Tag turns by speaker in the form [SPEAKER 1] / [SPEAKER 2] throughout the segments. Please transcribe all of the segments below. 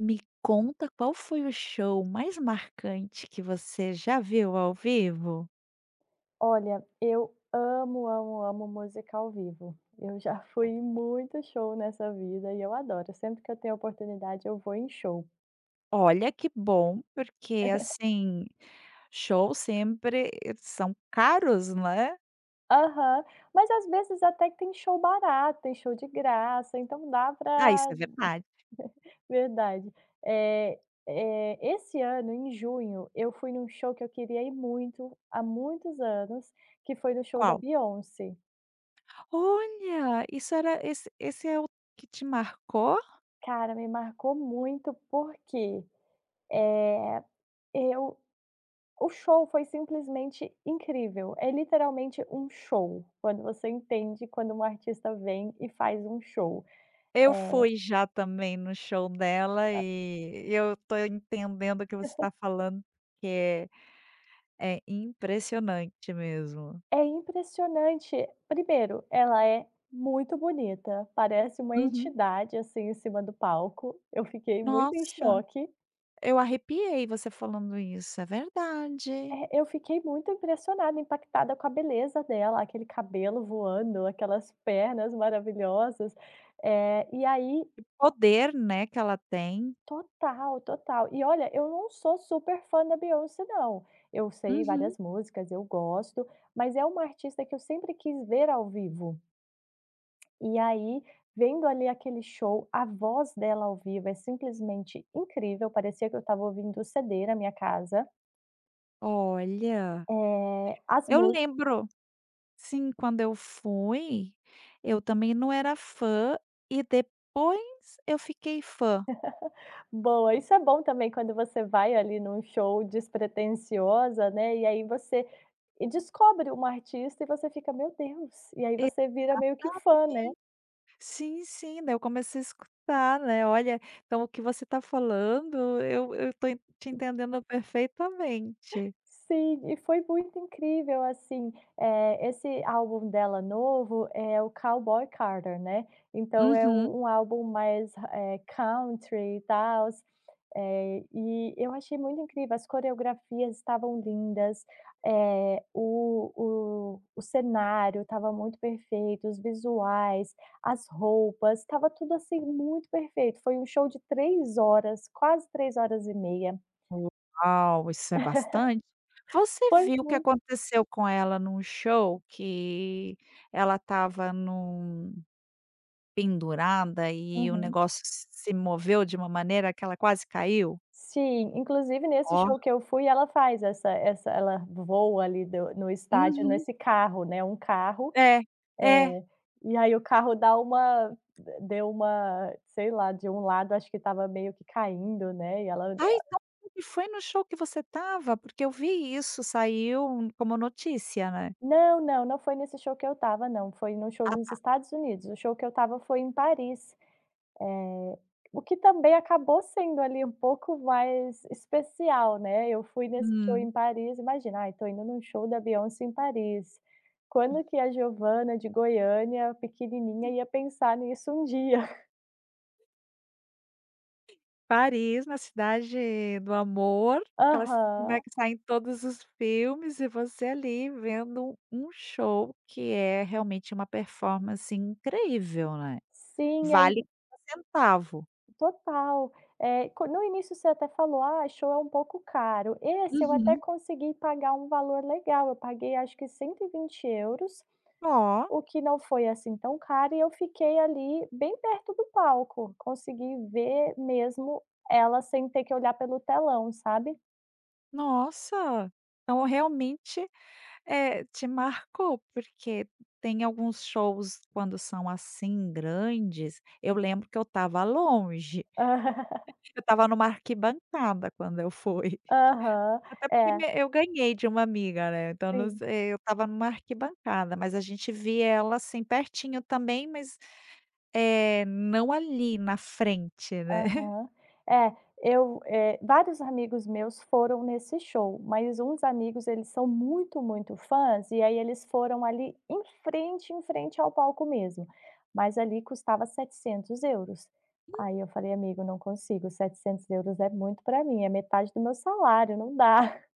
[SPEAKER 1] Me conta, qual foi o show mais marcante que você já viu ao vivo?
[SPEAKER 2] Olha, eu amo, amo, amo música ao vivo. Eu já fui em muito show nessa vida e eu adoro. Sempre que eu tenho oportunidade, eu vou em show.
[SPEAKER 1] Olha, que bom, porque assim, shows sempre são caros, né?
[SPEAKER 2] Aham. Mas às vezes até que tem show barato, tem show de graça, então dá
[SPEAKER 1] Ah, isso
[SPEAKER 2] pra
[SPEAKER 1] é verdade.
[SPEAKER 2] verdade. É, é. Esse ano, em junho, eu fui num show que eu queria ir muito, há muitos anos, que foi no show da
[SPEAKER 1] Qual?
[SPEAKER 2] Beyoncé.
[SPEAKER 1] Olha, isso era esse é o que te marcou?
[SPEAKER 2] Cara, me marcou muito porque, é eu o show foi simplesmente incrível. É literalmente um show, quando você entende quando um artista vem e faz um show.
[SPEAKER 1] Eu fui já também no show dela e eu tô entendendo o que você está falando, que é impressionante mesmo.
[SPEAKER 2] É impressionante. Primeiro, ela é muito bonita, parece uma
[SPEAKER 1] Uhum.
[SPEAKER 2] entidade, assim, em cima do palco. Eu fiquei muito em
[SPEAKER 1] Nossa!
[SPEAKER 2] choque.
[SPEAKER 1] Eu arrepiei você falando isso, é verdade.
[SPEAKER 2] É, eu fiquei muito impressionada, impactada com a beleza dela, aquele cabelo voando, aquelas pernas maravilhosas. Eh, e aí
[SPEAKER 1] O poder, né, que ela tem.
[SPEAKER 2] Total, total. E olha, eu não sou super fã da Beyoncé não. Eu sei
[SPEAKER 1] Uhum.
[SPEAKER 2] várias músicas, eu gosto, mas é uma artista que eu sempre quis ver ao vivo. E aí, vendo ali aquele show, a voz dela ao vivo é simplesmente incrível, parecia que eu estava ouvindo o CD na minha casa.
[SPEAKER 1] Olha,
[SPEAKER 2] Eh, as
[SPEAKER 1] eu
[SPEAKER 2] músicas
[SPEAKER 1] lembro, sim, quando eu fui, eu também não era fã e depois eu fiquei fã.
[SPEAKER 2] boa, isso é bom também quando você vai ali num show despretensiosa, né, e aí você e descobre uma artista e você fica: "Meu Deus!" E aí
[SPEAKER 1] E
[SPEAKER 2] você vira meio que fã, né.
[SPEAKER 1] sim, sim, daí eu comecei a escutar, né, olha, então o que você está falando, eu estou te entendendo perfeitamente.
[SPEAKER 2] Sim, e foi muito incrível, assim, esse álbum dela novo é o Cowboy Carter, né, então é
[SPEAKER 1] Uhum.
[SPEAKER 2] um álbum mais, country e tal. E eu achei muito incrível, as coreografias estavam lindas, o cenário estava muito perfeito, os visuais, as roupas, estava tudo, assim, muito perfeito, foi um show de 3 horas, quase 3 horas e meia.
[SPEAKER 1] Uau, isso é bastante. Você
[SPEAKER 2] Foi
[SPEAKER 1] viu o que
[SPEAKER 2] muito.
[SPEAKER 1] aconteceu com ela num show que ela estava num pendurada e o
[SPEAKER 2] Uhum.
[SPEAKER 1] negócio se moveu de uma maneira que ela quase caiu?
[SPEAKER 2] Sim, inclusive nesse
[SPEAKER 1] Ó.
[SPEAKER 2] show que eu fui, ela faz essa ela voa ali do no estádio
[SPEAKER 1] Uhum.
[SPEAKER 2] nesse carro, né, um carro,
[SPEAKER 1] É, é.
[SPEAKER 2] eh, e aí o carro dá uma deu uma, sei lá, de um lado acho que estava meio que caindo, né, e ela,
[SPEAKER 1] Ah, então e foi no show que você estava? Porque eu vi isso, saiu como notícia, né?
[SPEAKER 2] não, não, não foi nesse show que eu estava não, foi num show
[SPEAKER 1] Ah,
[SPEAKER 2] nos
[SPEAKER 1] tá.
[SPEAKER 2] Estados Unidos, o show que eu estava foi em Paris. Eh, o que também acabou sendo ali um pouco mais especial, né, eu fui nesse show
[SPEAKER 1] Hum.
[SPEAKER 2] em Paris, imagina, "Ai, estou indo num show da Beyoncé em Paris". Quando que a Giovana de Goiânia, pequenininha, ia pensar nisso um dia?
[SPEAKER 1] Paris, na cidade do amor, aquela, né,
[SPEAKER 2] Aham.
[SPEAKER 1] que sai em todos os filmes e você ali vendo um show que é realmente uma performance incrível, né.
[SPEAKER 2] Sim, e aí
[SPEAKER 1] Vale cada centavo.
[SPEAKER 2] total. Eh, co No início você até falou: "Ah, show é um pouco caro". Esse eu até
[SPEAKER 1] Uhum.
[SPEAKER 2] consegui pagar um valor legal, eu paguei acho que 120 euros.
[SPEAKER 1] Ó,
[SPEAKER 2] O que não foi assim tão caro e eu fiquei ali bem perto do palco, consegui ver mesmo ela sem ter que olhar pelo telão, sabe.
[SPEAKER 1] nossa, então realmente, te marcou, porque tem alguns shows quando são assim grandes, eu lembro que eu estava longe, eu estava numa arquibancada quando eu fui.
[SPEAKER 2] Aham,
[SPEAKER 1] Até porque me
[SPEAKER 2] é,
[SPEAKER 1] eu ganhei de uma amiga, né, então não
[SPEAKER 2] sim.
[SPEAKER 1] sei, eu estava numa arquibancada, mas a gente via ela, assim, pertinho também, mas, não ali na frente, né.
[SPEAKER 2] Aham. É, eu, vários amigos meus foram nesse show, mas uns amigos eles são muito, muito fãs, e aí eles foram ali em frente ao palco mesmo, mas ali custava 700 euros. Aí eu falei: "Amigo, não consigo, 700 euros é muito para mim, é metade do meu salário, não dá".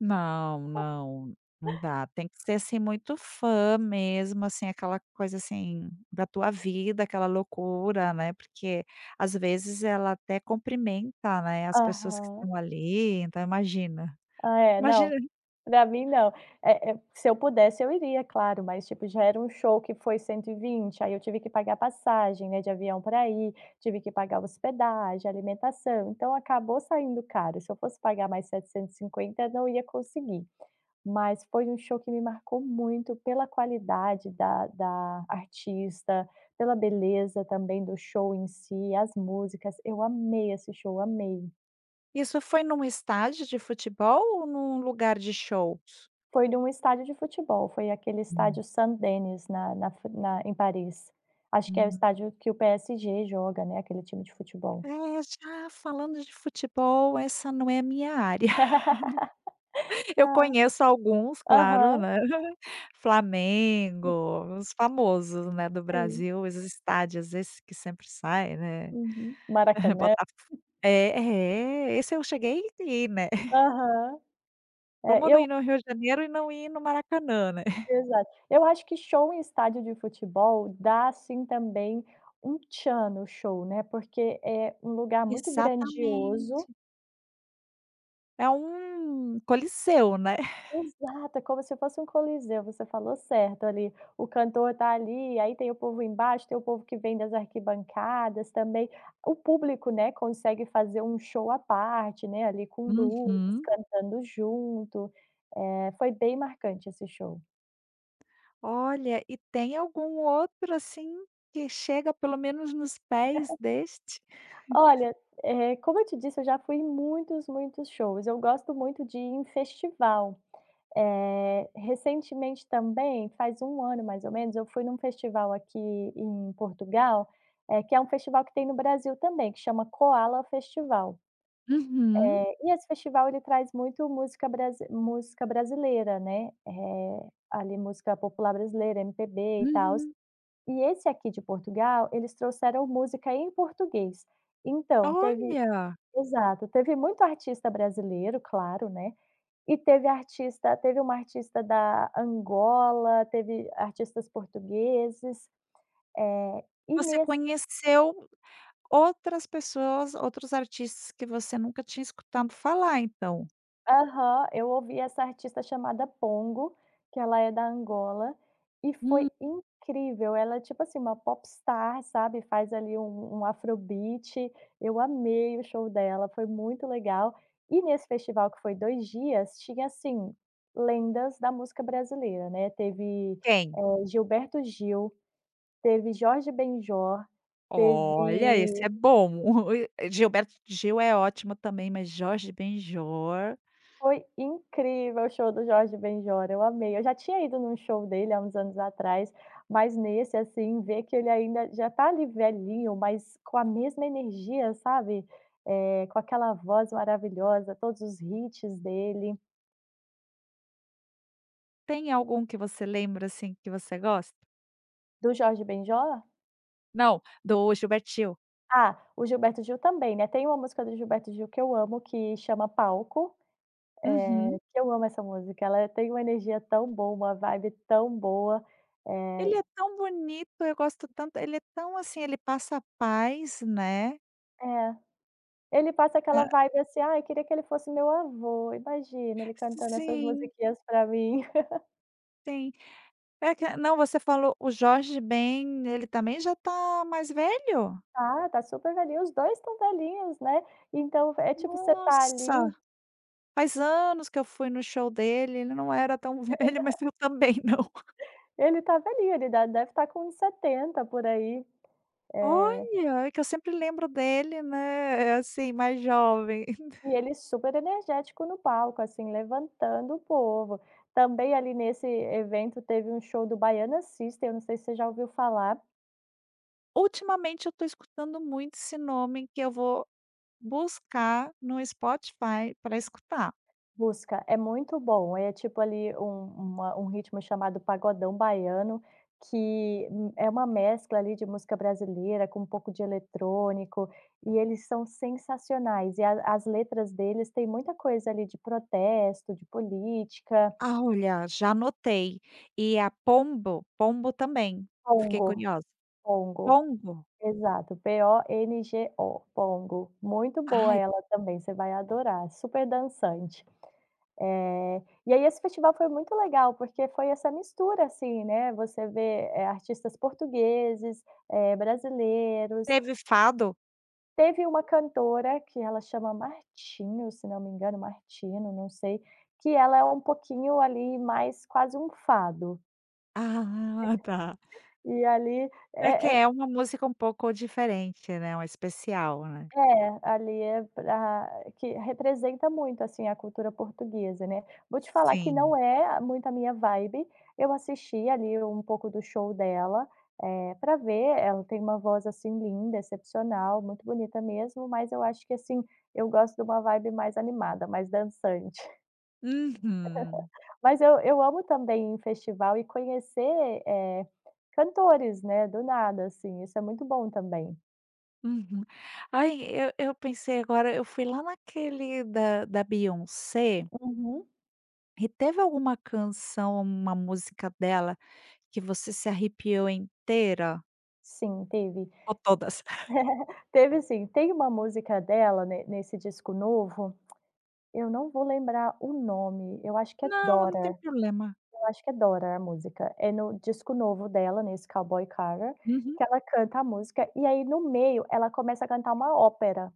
[SPEAKER 1] Não, não, não dá, tem que ser, assim, muito fã mesmo, assim, aquela coisa, assim, da tua vida, aquela loucura, né, porque às vezes ela até cumprimenta, né, as pessoas que
[SPEAKER 2] Aham.
[SPEAKER 1] estão ali, então imagina.
[SPEAKER 2] Ah, é, não.
[SPEAKER 1] Imagina,
[SPEAKER 2] Pra mim não. Se eu pudesse eu iria, claro, mas, tipo, já era um show que foi 120, aí eu tive que pagar passagem, né, de avião para ir, tive que pagar hospedagem, alimentação, então acabou saindo caro. Se eu fosse pagar mais 750 não ia conseguir. Mas foi um show que me marcou muito pela qualidade da artista, pela beleza também do show em si, as músicas. Eu amei esse show, amei.
[SPEAKER 1] isso foi num estádio de futebol ou num lugar de show?
[SPEAKER 2] Foi de um estádio de futebol, foi aquele
[SPEAKER 1] Hum,
[SPEAKER 2] estádio Saint-Denis na na Fran na em Paris. Acho que é o
[SPEAKER 1] uhum.
[SPEAKER 2] estádio que o PSG joga, né, aquele time de futebol.
[SPEAKER 1] É, já falando de futebol, essa não é a minha área. Eu
[SPEAKER 2] É.
[SPEAKER 1] conheço alguns, claro,
[SPEAKER 2] Aham,
[SPEAKER 1] né, Flamengo, os famosos, né, do
[SPEAKER 2] sim.
[SPEAKER 1] Brasil, os estádios, esse que sempre sai, né,
[SPEAKER 2] Uhum. Maracanã.
[SPEAKER 1] Botafogo, é, é, esse eu cheguei a ir, né.
[SPEAKER 2] Aham.
[SPEAKER 1] Como
[SPEAKER 2] É,
[SPEAKER 1] não
[SPEAKER 2] eu
[SPEAKER 1] ir no Rio de Janeiro e não ir no Maracanã, né.
[SPEAKER 2] Exato. Eu acho que show em estádio de futebol dá, assim, também um tchan no show, né, porque é um lugar muito grandioso.
[SPEAKER 1] Exatamente. É um coliseu, né.
[SPEAKER 2] Exato, é como se fosse um coliseu, você falou certo ali, o cantor tá ali, aí tem o povo embaixo, tem o povo que vem das arquibancadas também, o público, né, consegue fazer um show à parte, né, ali com luzes,
[SPEAKER 1] Uhum.
[SPEAKER 2] cantando junto, foi bem marcante esse show.
[SPEAKER 1] Olha, e tem algum outro, assim, que chega pelo menos nos pés deste?
[SPEAKER 2] Olha, como eu te disse, eu já fui em muitos, muitos shows, eu gosto muito de ir em festival. Recentemente também, faz um ano mais ou menos, eu fui num festival aqui em Portugal, que é um festival que tem no Brasil também, que chama Koala Festival.
[SPEAKER 1] Uhum,
[SPEAKER 2] E esse festival ele traz muito música brasi música brasileira, né, ali música popular brasileira, MPB e tal.
[SPEAKER 1] uhum.
[SPEAKER 2] E esse aqui de Portugal, eles trouxeram música em português. Então, teve,
[SPEAKER 1] Olha,
[SPEAKER 2] exato, teve muito artista brasileiro, claro, né, e teve uma artista da Angola, teve artistas portugueses, eh, e
[SPEAKER 1] você
[SPEAKER 2] nesse
[SPEAKER 1] conheceu outras pessoas, outros artistas que você nunca tinha escutado falar, então.
[SPEAKER 2] aham, eu ouvi essa artista chamada Pongo, que ela é da Angola, e
[SPEAKER 1] Hum.
[SPEAKER 2] foi incrível, ela é tipo assim uma popstar, sabe, faz ali um afrobeat, eu amei o show dela, foi muito legal. E nesse festival que foi 2 dias, tinha assim, lendas da música brasileira, né, teve,
[SPEAKER 1] Quem?
[SPEAKER 2] Gilberto Gil, teve Jorge Benjor,
[SPEAKER 1] Olha, esse
[SPEAKER 2] teve
[SPEAKER 1] é bom. Gilberto Gil é ótimo também, mas Jorge Benjor.
[SPEAKER 2] foi incrível o show do Jorge Benjor, eu amei. Eu já tinha ido num show dele há uns anos atrás, mas nesse, assim, ver que ele ainda já tá ali velhinho, mas com a mesma energia, sabe, com aquela voz maravilhosa, todos os hits dele.
[SPEAKER 1] Tem algum que você lembra, assim, que você gosta?
[SPEAKER 2] Do Jorge Benjor?
[SPEAKER 1] Não, do Gilberto Gil.
[SPEAKER 2] Ah, o Gilberto Gil também, né, tem uma música do Gilberto Gil que eu amo que chama "Palco".
[SPEAKER 1] Uhum.
[SPEAKER 2] Que eu amo essa música, ela tem uma energia tão boa, uma vibe tão boa,
[SPEAKER 1] Ele
[SPEAKER 2] eh
[SPEAKER 1] é tão bonito, eu gosto tanto, ele é tão, assim, ele passa paz, né.
[SPEAKER 2] é, ele passa aquela
[SPEAKER 1] Ah,
[SPEAKER 2] vibe assim: "Ai, queria que ele fosse meu avô", imagina ele cantando essas
[SPEAKER 1] sim,
[SPEAKER 2] musiquinhas pra mim.
[SPEAKER 1] tem. É que não, você falou o Jorge Ben, ele também já tá mais velho?
[SPEAKER 2] Tá, tá super velhinho, os 2 estão velhinhos, né, então é tipo você tá
[SPEAKER 1] Nossa,
[SPEAKER 2] ali
[SPEAKER 1] faz anos que eu fui no show dele, ele não era tão velho, mas eu também não.
[SPEAKER 2] ele tá velhinho, ele da deve estar com uns 70 por aí. É.
[SPEAKER 1] Olha, é que eu sempre lembro dele, né, é, assim, mais jovem.
[SPEAKER 2] E ele super energético no palco, assim, levantando o povo. Também ali nesse evento teve um show do Baiana System, eu não sei se você já ouviu falar.
[SPEAKER 1] Ultimamente eu tô escutando muito esse nome, que eu vou buscar no Spotify para escutar.
[SPEAKER 2] Busca, é muito bom. É tipo ali um uma um ritmo chamado pagodão baiano, que, é uma mescla ali de música brasileira com um pouco de eletrônico, e eles são sensacionais. E a as letras deles têm muita coisa ali de protesto, de política.
[SPEAKER 1] Ah, olha, já anotei. E a pombo também, fiquei
[SPEAKER 2] Congo,
[SPEAKER 1] curiosa.
[SPEAKER 2] Congo.
[SPEAKER 1] Pongo?
[SPEAKER 2] Exato, P-O-N-G-O, Pongo. Muito boa
[SPEAKER 1] Ai,
[SPEAKER 2] ela também, você vai adorar, super dançante. Eh, e aí esse festival foi muito legal, porque foi essa mistura, assim, né, você vê, artistas portugueses, brasileiros,
[SPEAKER 1] teve fado?
[SPEAKER 2] teve uma cantora que ela chama Martinho, se não me engano, Martino, não sei, que ela é um pouquinho ali mais quase um fado,
[SPEAKER 1] Ah, tá.
[SPEAKER 2] e ali
[SPEAKER 1] É que
[SPEAKER 2] é
[SPEAKER 1] é uma música um pouco diferente, né, uma especial, né.
[SPEAKER 2] É, ali é pra que representa muito, assim, a cultura portuguesa, né. Vou te falar que não
[SPEAKER 1] Sim.
[SPEAKER 2] é muito a minha vibe, eu assisti ali um pouco do show dela, pra ver, ela tem uma voz, assim, linda, excepcional, muito bonita mesmo, mas eu acho que, assim, eu gosto de uma vibe mais animada, mais dançante.
[SPEAKER 1] Uhum.
[SPEAKER 2] Mas eu amo também em festival e conhecer, eh, cantores, né, do nada, assim, isso é muito bom também.
[SPEAKER 1] Uhum. Ai, eu pensei agora, eu fui lá naquele da Beyoncé,
[SPEAKER 2] Uhum.
[SPEAKER 1] e teve alguma canção, uma música dela, que você se arrepiou inteira?
[SPEAKER 2] Sim, teve.
[SPEAKER 1] Ou todas?
[SPEAKER 2] Teve sim. Tem uma música dela ne nesse disco novo, eu não vou lembrar o nome, eu acho que é
[SPEAKER 1] Não, não tem
[SPEAKER 2] Daughter,
[SPEAKER 1] problema.
[SPEAKER 2] eu acho que é Daughter a música. É no disco novo dela, nesse Cowboy Carter,
[SPEAKER 1] Uhum.
[SPEAKER 2] que ela canta a música e aí no meio ela começa a cantar uma ópera.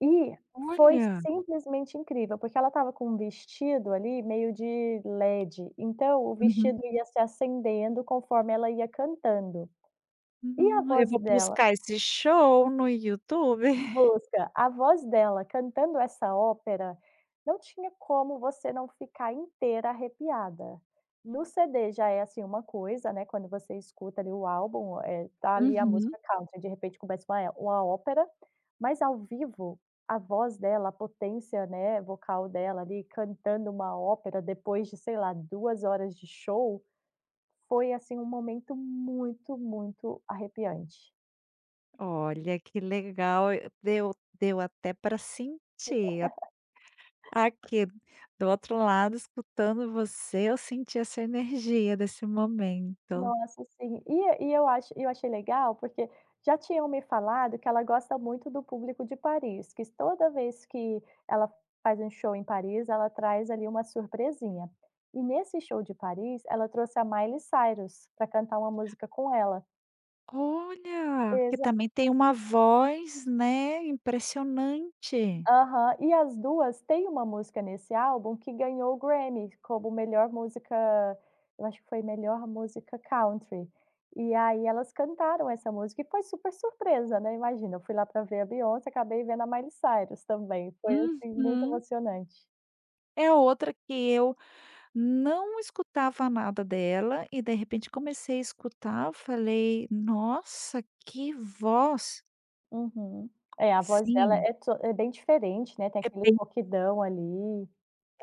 [SPEAKER 2] E foi
[SPEAKER 1] Olha.
[SPEAKER 2] simplesmente incrível, porque ela estava com um vestido ali meio de LED, então o
[SPEAKER 1] Uhum.
[SPEAKER 2] vestido ia se acendendo conforme ela ia cantando. E a
[SPEAKER 1] No, eu
[SPEAKER 2] voz
[SPEAKER 1] vou
[SPEAKER 2] dela
[SPEAKER 1] buscar esse show no YouTube.
[SPEAKER 2] Busca. A voz dela cantando essa ópera, não tinha como você não ficar inteira arrepiada. No CD já é, assim, uma coisa, né, quando você escuta ali o álbum, tá ali a
[SPEAKER 1] Uhum.
[SPEAKER 2] música country, de repente começa uma é uma ópera, mas ao vivo, a voz dela, a potência, né, vocal dela ali cantando uma ópera depois de, sei lá, 2 horas de show, foi, assim, um momento muito, muito arrepiante.
[SPEAKER 1] Olha, que legal, deu até para sentir. Aqui, do outro lado, escutando você, eu senti essa energia desse momento.
[SPEAKER 2] Nossa, sim. E eu achei legal, porque já tinham me falado que ela gosta muito do público de Paris, que toda vez que ela faz um show em Paris, ela traz ali uma surpresinha. E nesse show de Paris, ela trouxe a Miley Cyrus para cantar uma música com ela.
[SPEAKER 1] Olha! Que também tem uma voz, né, impressionante.
[SPEAKER 2] Aham. E as 2 têm uma música nesse álbum que ganhou o Grammy como melhor música, eu acho que foi melhor música country. E aí elas cantaram essa música e foi super surpresa, né, imagina, eu fui lá para ver a Beyoncé, acabei vendo a Miley Cyrus também, foi, assim, muito
[SPEAKER 1] Uhum.
[SPEAKER 2] emocionante.
[SPEAKER 1] É outra que eu não escutava nada dela e de repente comecei a escutar, eu falei: "Nossa, que voz!".
[SPEAKER 2] Uhum. É, a voz dela
[SPEAKER 1] Sim,
[SPEAKER 2] é to é bem diferente, né, tem
[SPEAKER 1] é
[SPEAKER 2] aquele
[SPEAKER 1] bem
[SPEAKER 2] coquidão ali.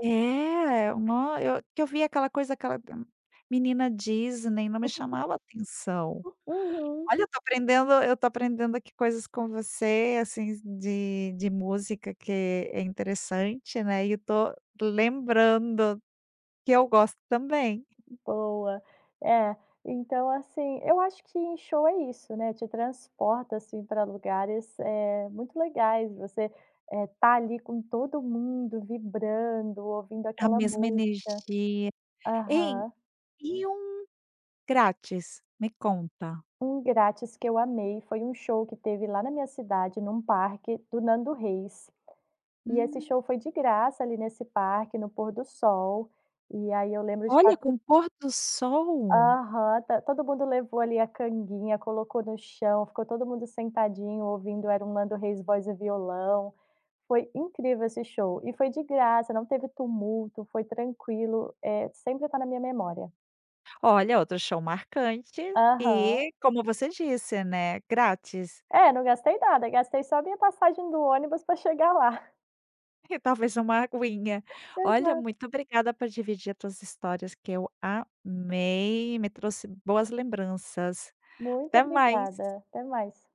[SPEAKER 1] é, no eu que eu vi aquela coisa, aquela menina Disney, não me chamava atenção.
[SPEAKER 2] Uhum.
[SPEAKER 1] Olha, eu tô aprendendo aqui coisas com você, assim, de música, que é interessante, né, e eu tô lembrando que eu gosto também.
[SPEAKER 2] Boa. É, então assim, eu acho que em show é isso, né, te transporta, assim, para lugares, é muito legais, você, tá ali com todo mundo vibrando, ouvindo
[SPEAKER 1] A
[SPEAKER 2] aquela
[SPEAKER 1] mesma
[SPEAKER 2] música.
[SPEAKER 1] energia. Hein,
[SPEAKER 2] Aham.
[SPEAKER 1] e um grátis? Me conta.
[SPEAKER 2] Um grátis que eu amei foi um show que teve lá na minha cidade, num parque, do Nando Reis. E esse
[SPEAKER 1] Hum.
[SPEAKER 2] show foi de graça ali nesse parque, no pôr do sol, e aí eu lembro de estar
[SPEAKER 1] Olha, com o pôr do sol.
[SPEAKER 2] aham, ta todo mundo levou ali a canguinha, colocou no chão, ficou todo mundo sentadinho ouvindo, era um Nando Reis voz e violão. Foi incrível esse show e foi de graça, não teve tumulto, foi tranquilo, é sempre tá na minha memória.
[SPEAKER 1] Olha, outro show marcante
[SPEAKER 2] Aham.
[SPEAKER 1] e, como você disse, né, grátis.
[SPEAKER 2] É, não gastei nada, gastei só a minha passagem do ônibus para chegar lá.
[SPEAKER 1] E talvez uma aguinha. Olha,
[SPEAKER 2] Exato.
[SPEAKER 1] muito obrigada por dividir as tuas histórias, que eu amei, me trouxe boas lembranças.
[SPEAKER 2] Muito
[SPEAKER 1] Até mais.
[SPEAKER 2] obrigada, até mais.